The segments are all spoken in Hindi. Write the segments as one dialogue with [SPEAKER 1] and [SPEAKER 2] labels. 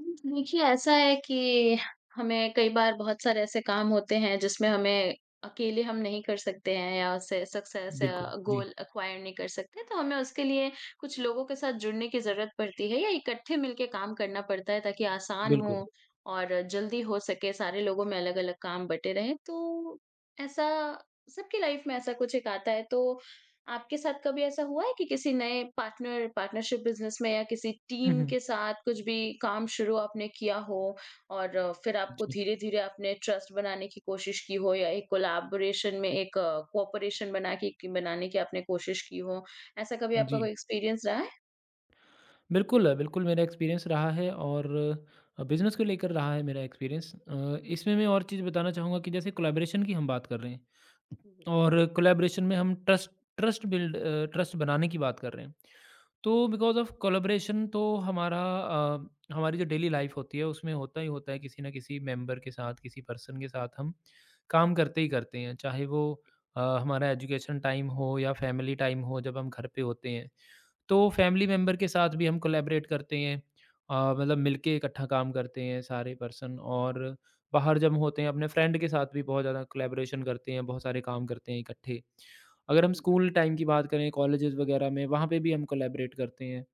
[SPEAKER 1] देखिए, ऐसा है कि हमें कई बार बहुत सारे ऐसे काम होते हैं जिसमें हमें अकेले हम नहीं कर सकते हैं या से सक्सेस या
[SPEAKER 2] बिल्कुल, जी,
[SPEAKER 1] गोल एक्वायर नहीं कर सकते, तो हमें उसके लिए कुछ लोगों के साथ जुड़ने की ज़रूरत पड़ती है या इकट्ठे मिलके काम करना पड़ता है ताकि आसान हो
[SPEAKER 2] बिल्कुल।
[SPEAKER 1] और जल्दी हो सके, सारे लोगों में अलग-अलग काम बँटे रहें। तो ऐसा सबकी लाइफ में ऐसा कुछ एक आता है, तो आपके साथ कभी ऐसा हुआ है कि किसी नए पार्टनरशिप बिजनेस में या किसी
[SPEAKER 2] हुँ,
[SPEAKER 1] टीम
[SPEAKER 2] हुँ।
[SPEAKER 1] के साथ कुछ भी काम शुरू आपने किया हो और फिर आपको
[SPEAKER 2] जी,
[SPEAKER 1] धीरे धीरे आपने ट्रस्ट बनाने की कोशिश की हो या एक कोलैबोरेशन में एक कोऑपरेशन बनाने की आपने कोशिश की हो। ऐसा कभी आपका
[SPEAKER 2] जी।
[SPEAKER 1] कोई एक्सपीरियंस रहा है?
[SPEAKER 2] बिल्कुल, बिल्कुल मेरा एक्सपीरियंस रहा है और बिज़नेस को लेकर रहा है मेरा एक्सपीरियंस। इसमें मैं और चीज़ बताना चाहूँगा कि जैसे कोलैबोरेशन की हम बात कर रहे हैं
[SPEAKER 1] हम्म।
[SPEAKER 2] और कोलैबोरेशन में हम trust trust build a, trust बनाने की बात कर रहे हैं। तो बिकॉज़ ऑफ़ कोलैबोरेशन तो हमारी जो डेली लाइफ़ होती है उसमें होता ही होता है किसी न किसी मेंबर के साथ, किसी पर्सन के साथ हम काम करते ही करते हैं। चाहे वो हमारा एजुकेशन टाइम हो या फैमिली टाइम हो जब हम घर पे होते हैं। तो फैमिली मेंबर के साथ भी हम कोलैबोरेट करते हैं, मतलब मिलके इकट्ठा काम करते हैं सारे पर्सन। और बाहर जब होते हैं अपने फ्रेंड के साथ भी बहुत ज़्यादा कोलैबोरेशन करते हैं, बहुत सारे काम करते हैं इकट्ठे। अगर हम
[SPEAKER 1] हम्म।
[SPEAKER 2] स्कूल टाइम की बात करें, कॉलेजेस वगैरह में वहाँ पे भी हम कोलैबोरेट करते हैं।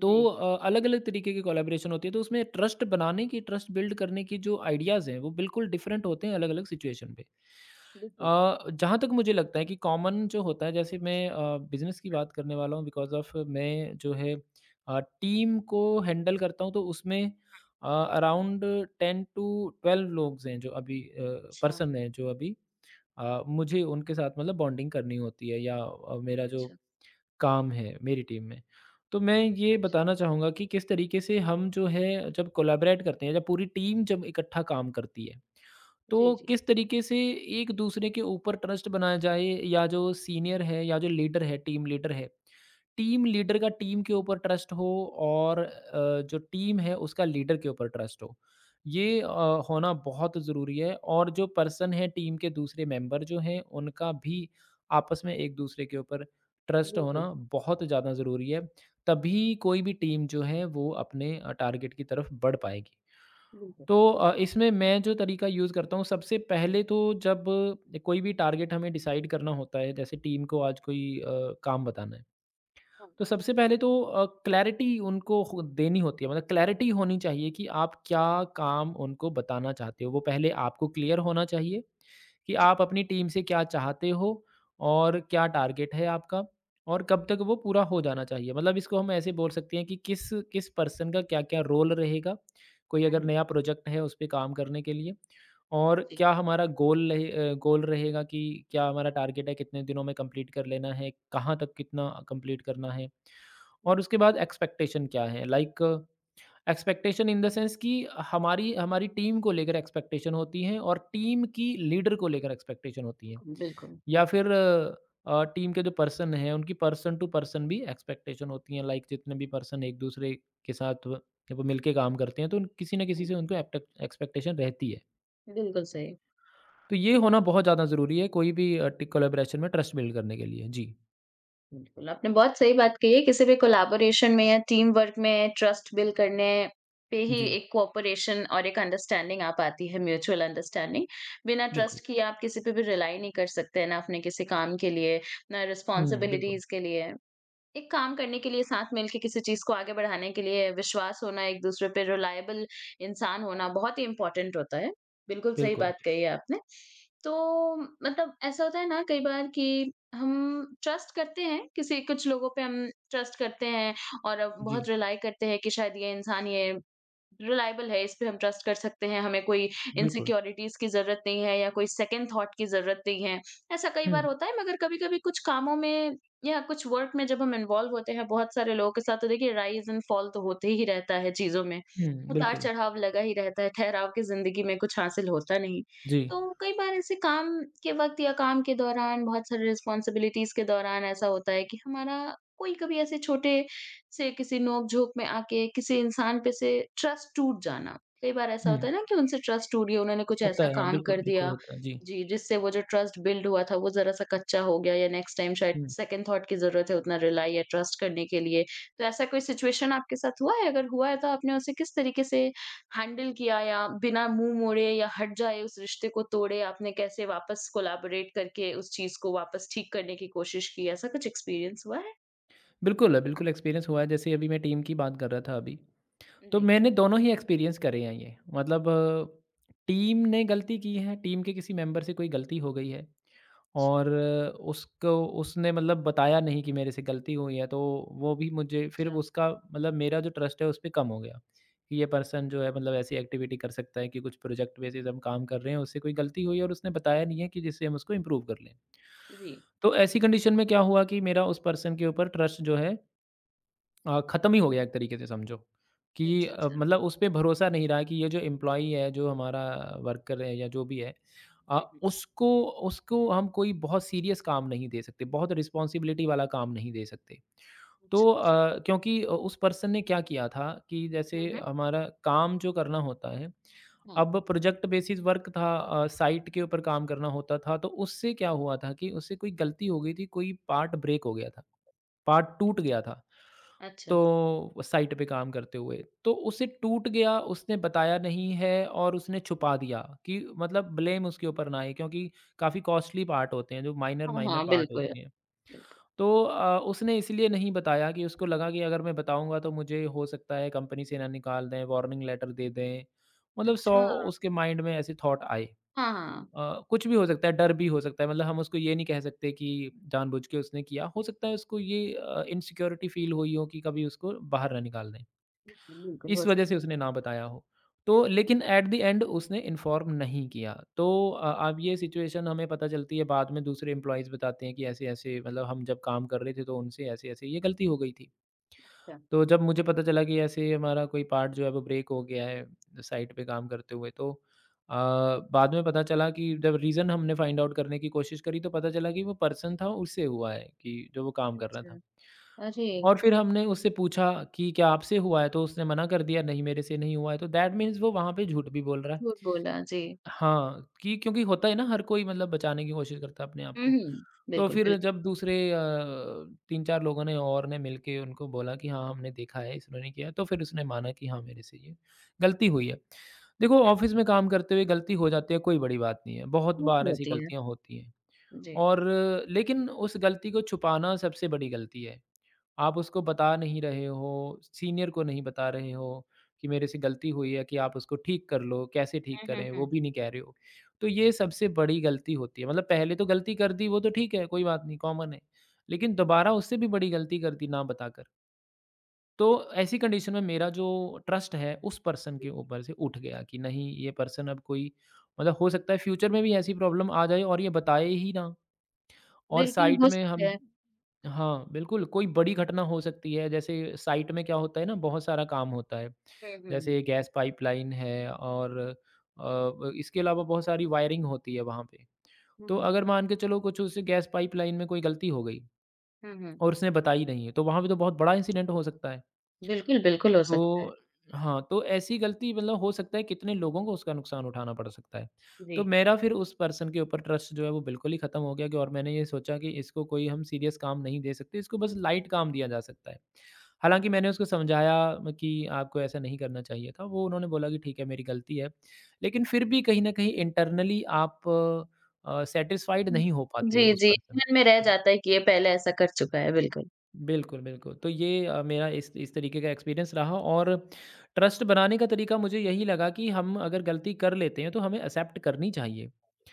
[SPEAKER 2] तो
[SPEAKER 1] जी।
[SPEAKER 2] अलग-अलग तरीके की कोलैबोरेशन होती है, तो उसमें ट्रस्ट बनाने की, ट्रस्ट बिल्ड करने की जो आइडियाज़ हैं, वो बिल्कुल डिफरेंट होते हैं अलग-अलग सिचुएशन पे।
[SPEAKER 1] बिल्कुल।
[SPEAKER 2] अ, जहाँ तक मुझे लगता है कि कॉमन जो होता है, जैसे मैं बिज़नेस की बात करने वाला हूँ, बिकॉज़ ऑफ़ मैं जो है टीम को हैंडल करता हूँ, तो उसमें अराउंड 10 टू 12 लोग हैं जो अभी
[SPEAKER 1] अच्छा।
[SPEAKER 2] पर्सन हैं जो अभी मुझे उनके साथ मतलब बॉन्डिंग करनी होती है या मेरा जो
[SPEAKER 1] अच्छा।
[SPEAKER 2] काम है मेरी टीम में। तो मैं ये
[SPEAKER 1] अच्छा।
[SPEAKER 2] बताना चाहूँगा कि किस तरीके से हम जो है जब कोलैबोरेट करते हैं, जब पूरी टीम जब इकट्ठा काम करती है,
[SPEAKER 1] जी
[SPEAKER 2] तो
[SPEAKER 1] जी।
[SPEAKER 2] किस तरीके से एक दूसरे के ऊपर ट्रस्ट बनाया जाए, या जो सीनियर है या जो लीडर है टीम लीडर का टीम के ऊपर ट्रस्ट हो और जो टीम है उसका लीडर के ऊपर ट्रस्ट हो। ये होना बहुत ज़रूरी है, और जो पर्सन है टीम के दूसरे मेंबर जो हैं उनका भी आपस में एक दूसरे के ऊपर ट्रस्ट
[SPEAKER 1] बिल्कुल।
[SPEAKER 2] होना बहुत ज़्यादा ज़रूरी है, तभी कोई भी टीम जो है वो अपने टारगेट की तरफ बढ़ पाएगी।
[SPEAKER 1] बिल्कुल।
[SPEAKER 2] तो इसमें मैं जो तरीका यूज़ करता हूँ, सबसे पहले तो जब कोई भी टारगेट हमें डिसाइड करना होता है, जैसे टीम को आज कोई काम बताना है,
[SPEAKER 1] हाँ।
[SPEAKER 2] तो सबसे पहले तो क्लैरिटी उनको हो देनी होती है, मतलब क्लैरिटी होनी चाहिए कि आप क्या काम उनको बताना चाहते हो। वो पहले आपको क्लियर होना चाहिए कि
[SPEAKER 1] जी।
[SPEAKER 2] आप अपनी टीम से क्या चाहते हो और क्या टारगेट है आपका और कब तक वो पूरा हो जाना चाहिए। मतलब इसको हम ऐसे बोल सकते हैं कि किस किस पर्सन का क्या-क्या रोल रहेगा। कोई अगर
[SPEAKER 1] हम्म।
[SPEAKER 2] नया प्रोजेक्ट है उस पे काम करने के लिए, और
[SPEAKER 1] जी।
[SPEAKER 2] क्या हमारा गोल रहे, गोल रहेगा कि क्या हमारा टारगेट है, कितने दिनों में कंप्लीट कर लेना है, कहाँ तक कितना कंप्लीट करना है। और
[SPEAKER 1] हम्म।
[SPEAKER 2] उसके बाद एक्सपेक्टेशन क्या है। Like expectation in the sense कि हमारी हमारी टीम को लेकर एक्सपेक्टेशन होती है और टीम की लीडर को लेकर एक्सपेक्टेशन होती है।
[SPEAKER 1] बिल्कुल बिल्कुल।
[SPEAKER 2] या
[SPEAKER 1] जी।
[SPEAKER 2] फिर टीम के जो पर्सन हैं उनकी पर्सन टू पर्सन भी एक्सपेक्टेशन होती हैं। लाइक जितने भी पर्सन एक दूसरे के साथ वो जब वो मिलके काम करते हैं तो उन किसी न किसी
[SPEAKER 1] हम्म।
[SPEAKER 2] से उनको एक्ट एक्सपेक्टेशन रहती है।
[SPEAKER 1] बिल्कुल सही।
[SPEAKER 2] तो ये होना बहुत ज़्यादा ज़रूरी है कोई भी अ, टी कोलैबोरेशन में ट्रस्ट बिल्ड करने के लिए। जी,
[SPEAKER 1] बिल्कुल, आपने बहुत सही बात कही है, किसी भी कोलैबोरेशन में या टीम वर्क में ट्रस्ट बिल्ड करने पे ही
[SPEAKER 2] जी,
[SPEAKER 1] एक कोऑपरेशन और एक अंडरस्टैंडिंग आ पाती है, म्यूचुअल अंडरस्टैंडिंग। बिना
[SPEAKER 2] बिल्कुल।
[SPEAKER 1] ट्रस्ट किए आप किसी पे भी रिलाई नहीं कर सकते, ना अपने किसी काम के लिए, ना
[SPEAKER 2] हुँ, बिल्कुल,
[SPEAKER 1] रिस्पॉन्सिबिलिटीज़ के लिए। एक काम करने के लिए साथ मिलके किसी चीज़ को आगे बढ़ाने के लिए विश्वास होना, एक दूसरे पे रिलायबल इंसान होना बहुत ही इम्पोर्टेंट होता है। बिल्कुल सही
[SPEAKER 2] बिल्कुल।
[SPEAKER 1] बात कही है आपने। तो मतलब ऐसा होता है ना कई बार कि हम ट्रस्ट करते हैं किसी कुछ लोगों पे हम ट्रस्ट करते हैं और अब बहुत
[SPEAKER 2] जी,
[SPEAKER 1] रिलाय करते हैं कि शायद ये इंसान ये रिलाएबल है, इस पे हम ट्रस्ट कर सकते हैं, हमें कोई
[SPEAKER 2] बिल्कुल।
[SPEAKER 1] इनसिक्योरिटीज़ की ज़रूरत नहीं है या कोई सेकंड थॉट की ज़रूरत नहीं है। ऐसा कई
[SPEAKER 2] हुँ,
[SPEAKER 1] बार होता है मगर कभी-कभी कुछ कामों में या कुछ वर्क में जब हम इन्वॉल्व होते हैं बहुत सारे लोगों के साथ तो देखिए राइज़ एंड फॉल तो होते ही रहता है चीज़ों में।
[SPEAKER 2] हुँ, बिल्कुल।
[SPEAKER 1] उतार-चढ़ाव लगा ही रहता है, ठहराव की ज़िंदगी में कुछ हासिल होता नहीं।
[SPEAKER 2] जी,
[SPEAKER 1] तो कई बार ऐसे काम के वक़्त या काम के दौरान बहुत सारी रिस्पॉन्सिबिलिटीज़ के दौरान ऐसा होता है कि हमारा कोई कभी ऐसे छोटे से किसी नोक-झोंक में आके किसी इंसान पे से ट्रस्ट टूट जाना। कई बार ऐसा
[SPEAKER 2] हुँ,
[SPEAKER 1] होता है ना कि उनसे ट्रस्ट टूट गया, उन्होंने कुछ
[SPEAKER 2] होता
[SPEAKER 1] ऐसा
[SPEAKER 2] है। हाँ,
[SPEAKER 1] काम
[SPEAKER 2] बिल्कुल,
[SPEAKER 1] कर
[SPEAKER 2] बिल्कुल
[SPEAKER 1] दिया।
[SPEAKER 2] होता है। जी,
[SPEAKER 1] जी, जिससे वो जो ट्रस्ट बिल्ड हुआ था वो ज़रा-सा कच्चा हो गया या नेक्स्ट टाइम शायद
[SPEAKER 2] हुँ।
[SPEAKER 1] सेकंड थॉट की ज़रूरत है उतना रिलाय या ट्रस्ट करने के लिए। तो ऐसा कोई सिचुएशन आपके साथ हुआ है? अगर हुआ है तो आपने उसे किस तरीके से हैंडल किया या बिना मुँह मोड़े या हट जाए उस रिश्ते को तोड़े आपने कैसे वापस कोलैबोरेट करके उस चीज़ को वापस ठीक करने की कोशिश की? ऐसा कुछ एक्सपीरियंस हुआ है?
[SPEAKER 2] बिल्कुल, बिल्कुल एक्सपीरियंस हुआ है, जैसे अभी मैं टीम की बात कर रहा था अभी, तो
[SPEAKER 1] जी।
[SPEAKER 2] मैंने दोनों ही एक्सपीरियंस करे हैं ये। मतलब टीम ने गलती की है, टीम के किसी मेंबर से कोई गलती हो गई है और उसको उसने मतलब बताया नहीं कि मेरे से गलती हुई है, तो वो भी मुझे फिर
[SPEAKER 1] अच्छा।
[SPEAKER 2] उसका मतलब मेरा जो ट्रस्ट है उस पे कम हो गया, कि ये पर्सन जो है मतलब ऐसी एक्टिविटी कर सकता है कि कुछ प्रोजेक्ट बेसिस हम काम कर रहे हैं, उससे कोई गलती हुई है और उसने बताया नहीं है कि जिससे हम उसको इम्प्रूव कर लें।
[SPEAKER 1] जी।
[SPEAKER 2] तो ऐसी कंडीशन में क्या हुआ कि मेरा उस पर्सन के ऊपर ट्रस्ट जो है ख़त्म ही हो गया एक तरीके से, समझो कि
[SPEAKER 1] अच्छा, अच्छा।
[SPEAKER 2] मतलब उस पे भरोसा नहीं रहा कि ये जो एम्प्लॉयी है, जो हमारा वर्कर है या जो भी है, अ,
[SPEAKER 1] हुँ, हुँ।
[SPEAKER 2] उसको उसको हम कोई बहुत सीरियस काम नहीं दे सकते, बहुत रिस्पॉन्सिबिलिटी वाला काम नहीं दे सकते। तो
[SPEAKER 1] अच्छा, अच्छा।
[SPEAKER 2] क्योंकि उस पर्सन ने क्या किया था कि
[SPEAKER 1] हुँ,
[SPEAKER 2] जैसे
[SPEAKER 1] हुँ।
[SPEAKER 2] हमारा काम जो करना होता है,
[SPEAKER 1] हाँ।
[SPEAKER 2] अब प्रोजेक्ट बेसिस वर्क था, साइट के ऊपर काम करना होता था, तो उससे क्या हुआ था कि उससे कोई गलती हो गई थी, कोई पार्ट ब्रेक हो गया था, पार्ट टूट गया था।
[SPEAKER 1] अच्छा।
[SPEAKER 2] तो साइट पे काम करते हुए, तो उसे टूट गया, उसने बताया नहीं है और उसने छुपा दिया कि मतलब ब्लेम उसके ऊपर ना आए, क्योंकि काफ़ी कॉस्टली पार्ट होते हैं, जो
[SPEAKER 1] हाँ,
[SPEAKER 2] माइनर-माइनर
[SPEAKER 1] हाँ,
[SPEAKER 2] पार्ट
[SPEAKER 1] बिल्कुल,
[SPEAKER 2] होते हैं।
[SPEAKER 1] बिल्कुल।
[SPEAKER 2] तो उसने इसलिए नहीं बताया कि उसको लगा कि अगर मैं बताऊँगा तो मुझे हो सकता है कंपनी से ना निकाल दें, वार्निंग लेटर दे दें। मतलब 100
[SPEAKER 1] अच्छा।
[SPEAKER 2] उसके माइंड में ऐसे थॉट आए।
[SPEAKER 1] हाँ, हाँ।
[SPEAKER 2] कुछ भी हो सकता है, डर भी हो सकता है। मतलब हम उसको ये नहीं कह सकते कि जानबूझ के उसने किया। हो सकता है उसको ये इनसिक्योरिटी फ़ील हुई हो कि कभी उसको बाहर ना निकाल दें,
[SPEAKER 1] बिल्कुल, बिल्कुल
[SPEAKER 2] इस
[SPEAKER 1] हो
[SPEAKER 2] वजह से
[SPEAKER 1] सकती
[SPEAKER 2] उसने ना बताया हो। तो
[SPEAKER 1] है।
[SPEAKER 2] लेकिन एट द एंड उसने इन्फ़ॉर्म नहीं किया। तो अब ये सिचुएशन हमें पता चलती है बाद में, दूसरे एम्प्लॉइज़ बताते हैं कि ऐसे-ऐसे, मतलब हम जब काम कर रहे थे तो उनसे ऐसे-ऐसे ये गलती हो गई थी।
[SPEAKER 1] अच्छा।
[SPEAKER 2] तो जब मुझे पता चला कि ऐसे हमारा कोई पार्ट जो है वो ब्रेक हो गया है साइट पे काम करते हुए, तो बाद में पता चला कि जब रीज़न हमने फाइंड आउट करने की कोशिश करी तो पता चला कि वो पर्सन था उससे हुआ है कि जो वो काम कर रहा
[SPEAKER 1] अच्छा।
[SPEAKER 2] था।
[SPEAKER 1] अरे!
[SPEAKER 2] और फिर हमने उससे पूछा कि क्या आपसे हुआ है? तो उसने मना कर दिया, नहीं मेरे से नहीं हुआ है, तो दैट मीन्स वो वहाँ पे झूठ भी बोल रहा है।
[SPEAKER 1] झूठ बोला, जी।
[SPEAKER 2] हाँ, कि क्योंकि होता है ना, हर कोई मतलब बचाने की कोशिश करता है अपने आप
[SPEAKER 1] हुँ,
[SPEAKER 2] को।
[SPEAKER 1] हुँ।
[SPEAKER 2] तो
[SPEAKER 1] बिल्कुल,
[SPEAKER 2] फिर
[SPEAKER 1] बिल्कुल।
[SPEAKER 2] जब दूसरे 3-4 लोगों ने और ने मिलके उनको बोला कि हाँ, हमने देखा है, इस उन्होंने किया है, तो फिर उसने माना कि हाँ, मेरे से ये गलती हुई है। देखो ऑफ़िस में काम करते हुए गलती हो जाती है, कोई बड़ी बात नहीं है, बहुत बार
[SPEAKER 1] बिल्कुल
[SPEAKER 2] ऐसी
[SPEAKER 1] होती है।
[SPEAKER 2] गलतियाँ होती हैं।
[SPEAKER 1] जी।
[SPEAKER 2] और लेकिन उस गलती को छुपाना सबसे बड़ी गलती है। आप उसको बता नहीं रहे हो, सीनियर को नहीं बता रहे हो कि मेरे से गलती हुई है कि आप उसको ठीक कर लो, कैसे ठीक
[SPEAKER 1] हुँ, हुँ,
[SPEAKER 2] करें वो
[SPEAKER 1] हुँ।
[SPEAKER 2] भी नहीं कह रहे हो। तो ये सबसे बड़ी गलती होती है। मतलब पहले तो गलती कर दी वो तो ठीक है, कोई बात नहीं, कॉमन है। लेकिन दोबारा उससे भी बड़ी गलती कर दी ना बताकर। तो ऐसी कंडीशन में मेरा जो ट्रस्ट है उस पर्सन के ऊपर से उठ गया कि नहीं, ये पर्सन अब कोई मतलब हो सकता है फ्यूचर में भी ऐसी प्रॉब्लम आ जाए और ये बताए ही ना। और
[SPEAKER 1] बिल्कुल
[SPEAKER 2] साइट
[SPEAKER 1] हो
[SPEAKER 2] में
[SPEAKER 1] सकता
[SPEAKER 2] हम
[SPEAKER 1] है।
[SPEAKER 2] हाँ, बिल्कुल कोई बड़ी घटना हो सकती है, जैसे साइट में क्या होता है ना, बहुत सारा काम होता है।
[SPEAKER 1] हुँ, हुँ, हुँ।
[SPEAKER 2] जैसे गैस पाइपलाइन है और अ, ब इसके अलावा बहुत सारी वायरिंग होती है वहाँ पे।
[SPEAKER 1] हुँ,
[SPEAKER 2] तो
[SPEAKER 1] हुँ।
[SPEAKER 2] अगर मान के चलो कुछ उस गैस पाइपलाइन में कोई गलती हो गई
[SPEAKER 1] हुँ, हुँ।
[SPEAKER 2] और उसने बताई नहीं है, तो वहाँ पे तो बहुत बड़ा इंसिडेंट हो सकता है।
[SPEAKER 1] बिल्कुल, बिल्कुल हो सकता है।
[SPEAKER 2] तो हाँ, तो ऐसी गलती मतलब हो सकता है कितने लोगों को उसका नुकसान उठाना पड़ सकता है।
[SPEAKER 1] जी।
[SPEAKER 2] तो मेरा फिर उस पर्सन के ऊपर ट्रस्ट जो है वो बिल्कुल ही ख़त्म हो गया, कि और मैंने ये सोचा कि इसको कोई हम सीरियस काम नहीं दे सकते, इसको बस लाइट काम दिया जा सकता है। हालाँकि मैंने उसको समझाया म कि आपको ऐसा नहीं करना चाहिए था, वो उन्होंने बोला कि ठीक है, मेरी गलती है। लेकिन फिर भी कहीं न कहीं इंटरनली आप सैटिस्फाइड
[SPEAKER 1] हुँ।
[SPEAKER 2] नहीं हो पाते
[SPEAKER 1] जी,
[SPEAKER 2] हो उस
[SPEAKER 1] जी।
[SPEAKER 2] पर्सन
[SPEAKER 1] मन में रह
[SPEAKER 2] से।
[SPEAKER 1] जाता है कि ये पहले ऐसा कर चुका है, बिल्कुल।
[SPEAKER 2] बिल्कुल, बिल्कुल। तो ये मेरा इस तरीके का एक्सपीरियंस रहा, और ट्रस्ट बनाने का तरीका मुझे यही लगा कि हम अगर गलती कर लेते हैं तो हमें एक्सेप्ट करनी चाहिए।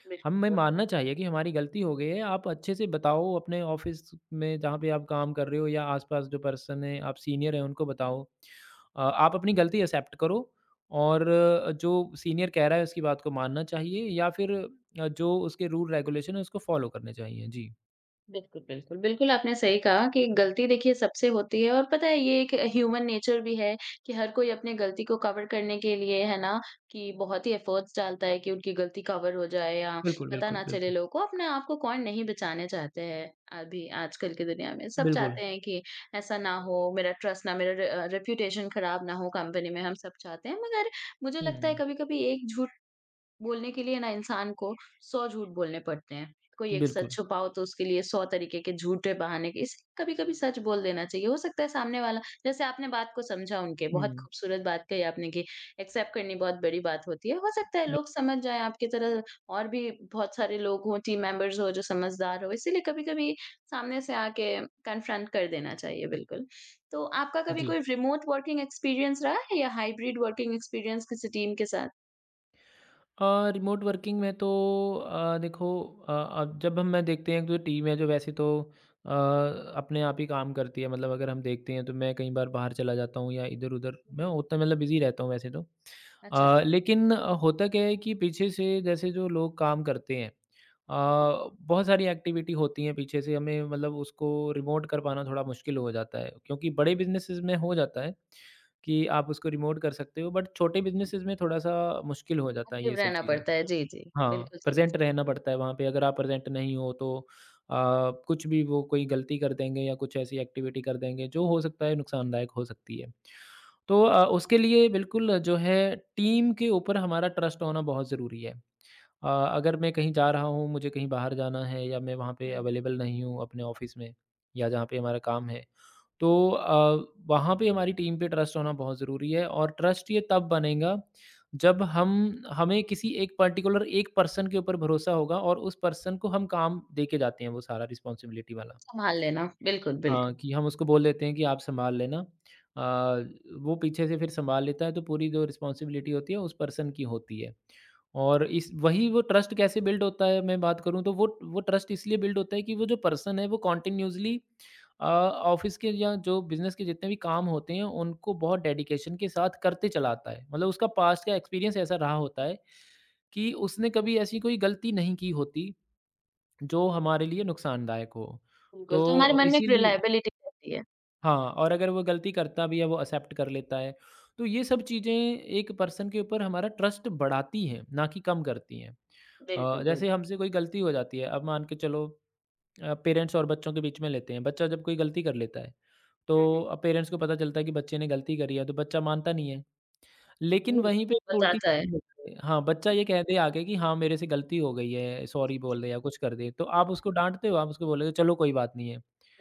[SPEAKER 1] बिल्कुल,
[SPEAKER 2] हमें
[SPEAKER 1] वो तो
[SPEAKER 2] मानना
[SPEAKER 1] है।
[SPEAKER 2] चाहिए कि हमारी गलती हो गई है। आप अच्छे से बताओ अपने ऑफ़िस में जहाँ पे आप काम कर रहे हो, या आस-पास जो पर्सन हैं, आप सीनियर हैं उनको बताओ। आप अपनी गलती एक्सेप्ट करो, और जो सीनियर कह रहा है उसकी बात को मानना चाहिए या फिर जो उसके रूल रेगुलेशन है उसको फ़ॉलो करने चाहिए। जी।
[SPEAKER 1] बिल्कुल, बिल्कुल। बिल्कुल, आपने सही कहा कि गलती देखिए सबसे होती है और पता है ये एक ह्यूमन नेचर भी है कि हर कोई अपनी गलती को कवर करने के लिए है ना, कि बहुत ही एफर्ट्स डालता है कि उनकी गलती कवर हो जाए या
[SPEAKER 2] बिल्कुल,
[SPEAKER 1] पता
[SPEAKER 2] बिल्कुल,
[SPEAKER 1] ना चले
[SPEAKER 2] बिल्कुल।
[SPEAKER 1] लोगों को। अपने आप को कौन नहीं बचाना चाहते हैं अभी आजकल की दुनिया में। सब
[SPEAKER 2] बिल्कुल।
[SPEAKER 1] चाहते हैं कि ऐसा ना हो, मेरा ट्रस्ट ना मेरा रेप्यूटेशन खराब ना हो कंपनी में, हम सब चाहते हैं। मगर मुझे लगता है
[SPEAKER 2] हुँ।
[SPEAKER 1] कभी-कभी एक झूठ बोलने के लिए ना इंसान को 100 झूठ बोलने पड़ते हैं। कोई एक सच
[SPEAKER 2] बिल्कुल।
[SPEAKER 1] छुपाओ तो उसके लिए 100 तरीके के झूठे बहाने इस कभी-कभी सच बोल देना चाहिए। हो सकता है सामने वाला जैसे आपने बात को समझा उनके बहुत
[SPEAKER 2] हुँ,
[SPEAKER 1] खूबसूरत बात कही आपने कि एक्सेप्ट करनी बहुत बड़ी बात होती है। हो सकता है
[SPEAKER 2] बि
[SPEAKER 1] लोग समझ जाएँ आपकी तरह और भी बहुत सारे लोग हों, टीम मेंबर्स हो जो समझदार हो। इसीलिए कभी-कभी सामने से आके कन्फ्रंट कर देना चाहिए बिल्कुल। तो आपका कभी
[SPEAKER 2] जी।
[SPEAKER 1] कोई रिमोट वर्किंग एक्सपीरियंस रहा है या हाइब्रिड वर्किंग एक्सपीरियंस किसी टीम के साथ?
[SPEAKER 2] रिमोट वर्किंग में तो देखो, जब हम मैं देखते हैं जो टीम है जो वैसे तो अपने आप ही काम करती है। मतलब अगर हम देखते हैं तो मैं कई बार बाहर चला जाता हूँ या इधर-उधर
[SPEAKER 1] हुँ,
[SPEAKER 2] मैं
[SPEAKER 1] हुँ।
[SPEAKER 2] उतना मतलब बिज़ी रहता हूँ वैसे तो।
[SPEAKER 1] अच्छा।
[SPEAKER 2] लेकिन होता क्या है कि पीछे से जैसे जो लोग काम करते हैं
[SPEAKER 1] हुँ, हुँ।
[SPEAKER 2] बहुत सारी एक्टिविटी होती हैं पीछे से हमें मतलब उसको रिमोट कर पाना थोड़ा मुश्किल हो जाता है क्योंकि बड़े बिज़नेसेस में हो जाता है। कि आप उसको रिमोट कर सकते हो बट छोटे बिज़नेसेस में थोड़ा-सा मुश्किल हो जाता है ये
[SPEAKER 1] एक्टिव
[SPEAKER 2] सब
[SPEAKER 1] रहना
[SPEAKER 2] चीज़ें।
[SPEAKER 1] पड़ता है। जी, जी।
[SPEAKER 2] हाँ,
[SPEAKER 1] बिल्कुल समझ
[SPEAKER 2] प्रेज़ेंट रहना
[SPEAKER 1] सकती हूँ।
[SPEAKER 2] पड़ता है वहाँ पे, अगर आप प्रेज़ेंट नहीं हो तो अ, कुछ भी वो कोई गलती कर देंगे या कुछ ऐसी एक्टिविटी कर देंगे जो हो सकता है नुकसानदायक हो सकती है। तो उसके लिए बिल्कुल जो है टीम के ऊपर हमारा ट्रस्ट होना बहुत ज़रूरी है। अ, अगर मैं कहीं जा रहा हूँ, मुझे कहीं बाहर जाना है या मैं वहाँ पे
[SPEAKER 1] हुँ, हुँ।
[SPEAKER 2] अवेलेबल नहीं हूँ अपने ऑफ़िस में या जहाँ पे हमारा काम है, तो वहाँ पे हमारी टीम पे ट्रस्ट होना बहुत ज़रूरी है। और ट्रस्ट ये तब बनेगा जब हम हमें किसी एक पर्टिकुलर एक पर्सन के ऊपर भरोसा होगा और उस पर्सन को हम काम दे के जाते हैं वो सारा रिस्पॉन्सिबिलिटी
[SPEAKER 1] खुद
[SPEAKER 2] वाला।
[SPEAKER 1] सँभाल लेना। बिल्कुल,
[SPEAKER 2] हाँ,
[SPEAKER 1] बिल्कुल,
[SPEAKER 2] कि हम उसको बोल देते हैं कि आप सँभाल लेना। वो पीछे से फिर सँभाल लेता है तो पूरी जो रिस्पॉन्सिबिलिटी होती है उस पर्सन की होती है। और इस वही वो ट्रस्ट कैसे बिल्ड होता है मैं बात करूँ तो वो ट्रस्ट इसलिए बिल्ड होता है कि वो जो पर्सन है वो कंटीन्यूअसली ऑफ़िस के या जो बिज़नेस के जितने भी काम होते हैं उनको बहुत डेडिकेशन के साथ करते चला आता है। मतलब उसका पास्ट का एक्सपीरियंस ऐसा रहा होता है कि उसने कभी ऐसी कोई गलती नहीं की होती जो हमारे लिए नुकसानदायक हो।
[SPEAKER 1] बिल्कुल। तो
[SPEAKER 2] तो
[SPEAKER 1] हमारे मन में एक
[SPEAKER 2] इसीलिए
[SPEAKER 1] रिलायबिलिटी रहती है।
[SPEAKER 2] हाँ, और अगर वो गलती करता भी है, वो एक्सेप्ट कर लेता है। तो ये सब चीज़ें एक पर्सन के ऊपर हमारा ट्रस्ट बढ़ाती हैं, ना कि कम करती हैं।
[SPEAKER 1] बिल्कुल, बिल्कुल।
[SPEAKER 2] जैसे हमसे कोई गलती हो जाती है, अब मान के चलो पेरेंट्स और बच्चों के बीच में लेते हैं। बच्चा जब कोई गलती कर लेता है,
[SPEAKER 1] हुँ,
[SPEAKER 2] तो
[SPEAKER 1] हुँ।
[SPEAKER 2] अब पेरेंट्स को पता चलता है कि बच्चे ने गलती करी है, तो बच्चा मानता नहीं है। लेकिन
[SPEAKER 1] बिल्कुल,
[SPEAKER 2] वहीं पे अगर उल्टी
[SPEAKER 1] बताता है।
[SPEAKER 2] चीज़ हो जाए, हाँ, बच्चा
[SPEAKER 1] हुँ,
[SPEAKER 2] ये कह दे आगे कि हाँ, मेरे से गलती हो गई है, सॉरी
[SPEAKER 1] जी,
[SPEAKER 2] बोल दे या कुछ कर दे, तो
[SPEAKER 1] जी।
[SPEAKER 2] आप
[SPEAKER 1] हुँ,
[SPEAKER 2] उसको डाँटते हो, आप उसको बोलोगे, "चलो कोई बात नहीं है।"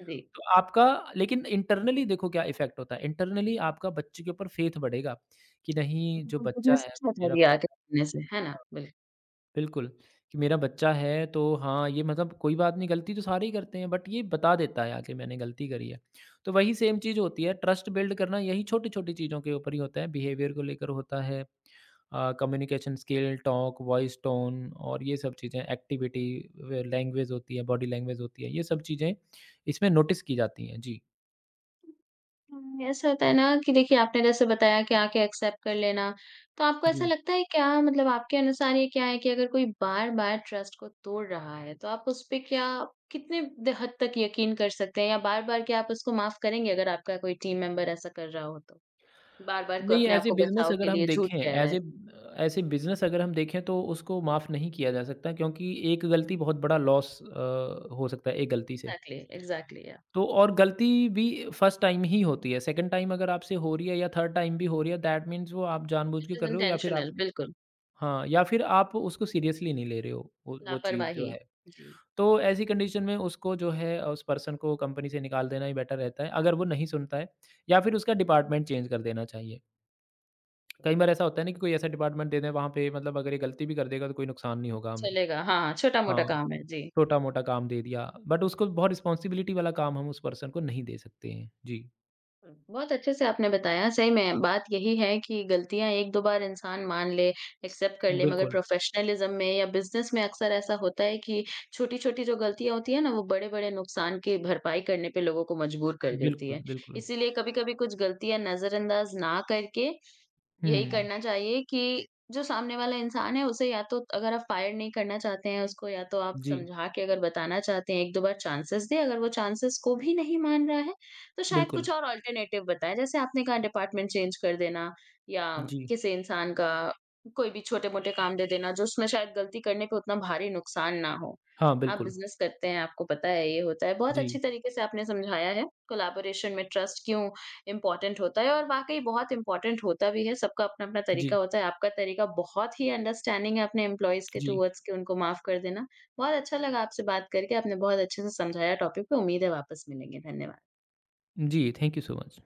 [SPEAKER 1] जी।
[SPEAKER 2] तो आपका लेकिन इंटरनली देखो क्या इफ़ेक्ट होता है, इंटरनली आपका बच्चे के ऊपर फेथ बढ़ेगा, कि नहीं जो
[SPEAKER 1] बिल्कुल,
[SPEAKER 2] बच्चा
[SPEAKER 1] बिज़नेस
[SPEAKER 2] है
[SPEAKER 1] अच्छा
[SPEAKER 2] मेरा
[SPEAKER 1] आइडिया है आपके सामने से, है ना? बिल्कुल।
[SPEAKER 2] बिल्कुल, कि मेरा बच्चा है तो हाँ, ये मतलब कोई बात नहीं गलती तो सारे ही करते हैं बट ये बता देता है आके मैंने गलती करी है। तो वही सेम चीज़ होती है, ट्रस्ट बिल्ड करना यही छोटी-छोटी चीज़ों के ऊपर ही होता है, बिहेवियर को लेकर होता है, communication skill, talk, voice tone और ये सब चीज़ें, एक्टिविटी, व लैंग्वेज होती है, बॉडी लैंग्वेज होती है, ये सब चीज़ें इसमें नोटिस की जाती हैं। जी,
[SPEAKER 1] हुँ, ऐसा होता है ना कि देखिए आपने जैसे बताया कि आके एक्सेप्ट कर लेना, तो आपको ऐसा
[SPEAKER 2] जी।
[SPEAKER 1] लगता है क्या मतलब आपके अनुसार ये क्या है कि अगर कोई बार-बार ट्रस्ट को तोड़ रहा है, तो आप उस पे क्या कितने द हद तक यकीन कर सकते हैं या बार-बार क्या आप उसको माफ़ करेंगे अगर आपका कोई टीम मेंबर ऐसा कर रहा हो तो? बार-बार को
[SPEAKER 2] नहीं,
[SPEAKER 1] अपने आप को बचाव के लिए झूठ कह रहा है।
[SPEAKER 2] ऐज़ ए बिज़नेस अगर हम देखें तो उसको माफ़ नहीं किया जा सकता क्योंकि एक गलती बहुत बड़ा लॉस हो सकता है एक गलती से।
[SPEAKER 1] एग्ज़ैक्टली, एग्ज़ैक्टली या
[SPEAKER 2] तो और गलती भी फर्स्ट टाइम ही होती है, सेकंड टाइम अगर आपसे हो रही है या थर्ड टाइम भी हो रही है, दैट मीन्स वो आप जानबूझ के
[SPEAKER 1] इट इज़
[SPEAKER 2] कर रहे हो या फिर आप
[SPEAKER 1] इंटेंशनल बिल्कुल,
[SPEAKER 2] हाँ, या फिर आप उसको सीरियसली नहीं ले रहे हो वो चीज़
[SPEAKER 1] लापरवाही।
[SPEAKER 2] जो है।
[SPEAKER 1] जी,
[SPEAKER 2] तो ऐसी कंडीशन में उसको जो है उस पर्सन को कंपनी से निकाल देना ही बेटर रहता है, अगर वो नहीं सुनता है या फिर उसका डिपार्टमेंट चेंज कर देना चाहिए। कई
[SPEAKER 1] बिल्कुल।
[SPEAKER 2] बार ऐसा होता है ना कि कोई ऐसा डिपार्टमेंट दे दें वहाँ पे, मतलब अगर ये गलती भी कर देगा तो कोई नुकसान नहीं होगा हमें।
[SPEAKER 1] चलेगा हाँ, छोटा-मोटा
[SPEAKER 2] हाँ,
[SPEAKER 1] काम है। जी।
[SPEAKER 2] छोटा-मोटा काम दे दिया बट उसको बहुत रिस्पॉन्सिबिलिटी वाला काम हम उस पर्सन को नहीं दे सकते हैं। जी,
[SPEAKER 1] बहुत अच्छे से आपने बताया, सही में बात यही है कि गलतियाँ 1-2 बार इंसान मान ले, एक्सेप्ट कर ले, मगर
[SPEAKER 2] बिल्कुल,
[SPEAKER 1] प्रोफ़ेशनलिज़्म में या बिज़नेस में अक्सर ऐसा होता है कि छोटी-छोटी जो गलतियाँ होती हैं ना, वो बड़े-बड़े नुकसान की भरपाई करने पे लोगों को मजबूर कर देती
[SPEAKER 2] बिल्कुल,
[SPEAKER 1] है।
[SPEAKER 2] बिल्कुल।
[SPEAKER 1] इसीलिए कभी-कभी कुछ गलतियाँ नज़रअंदाज ना करके यही
[SPEAKER 2] हुँ,
[SPEAKER 1] करना चाहिए कि जो सामने वाला इंसान है उसे या तो अगर आप फायर नहीं करना चाहते हैं उसको या तो आप
[SPEAKER 2] जी,
[SPEAKER 1] समझा के अगर बताना चाहते हैं 1-2 बार चांसेस दें, अगर वो चांसेस को भी नहीं मान रहा है, तो शायद
[SPEAKER 2] बिल्कुल,
[SPEAKER 1] कुछ और अल्टरनेटिव बताएँ। जैसे आपने कहा डिपार्टमेंट चेंज कर देना या
[SPEAKER 2] जी।
[SPEAKER 1] किसी इंसान का कोई भी छोटे-मोटे काम दे देना, जो उसमें शायद गलती करने पे उतना भारी नुकसान ना हो।
[SPEAKER 2] हाँ,
[SPEAKER 1] आप
[SPEAKER 2] बिल्कुल।
[SPEAKER 1] बिज़नेस करते हैं, आपको पता है ये होता है। बहुत
[SPEAKER 2] जी,
[SPEAKER 1] अच्छी तरीके से आपने समझाया है कोलैबोरेशन में ट्रस्ट क्यों इम्पोर्टेंट होता है और वाक़ई बहुत इम्पोर्टेंट होता भी है, सबका अपना-अपना तरीका
[SPEAKER 2] जी,
[SPEAKER 1] होता है। आपका तरीका बहुत ही अंडरस्टैंडिंग है अपने एम्प्लॉइज़ के
[SPEAKER 2] जी।
[SPEAKER 1] टुवर्ड्स कि उनको माफ़ कर देना। बहुत अच्छा लगा आपसे बात करके, आपने बहुत अच्छे से समझाया टॉपिक पे, उम्मीद है वापस मिलेंगे। धन्यवाद।
[SPEAKER 2] जी, थैंक यू सो मच।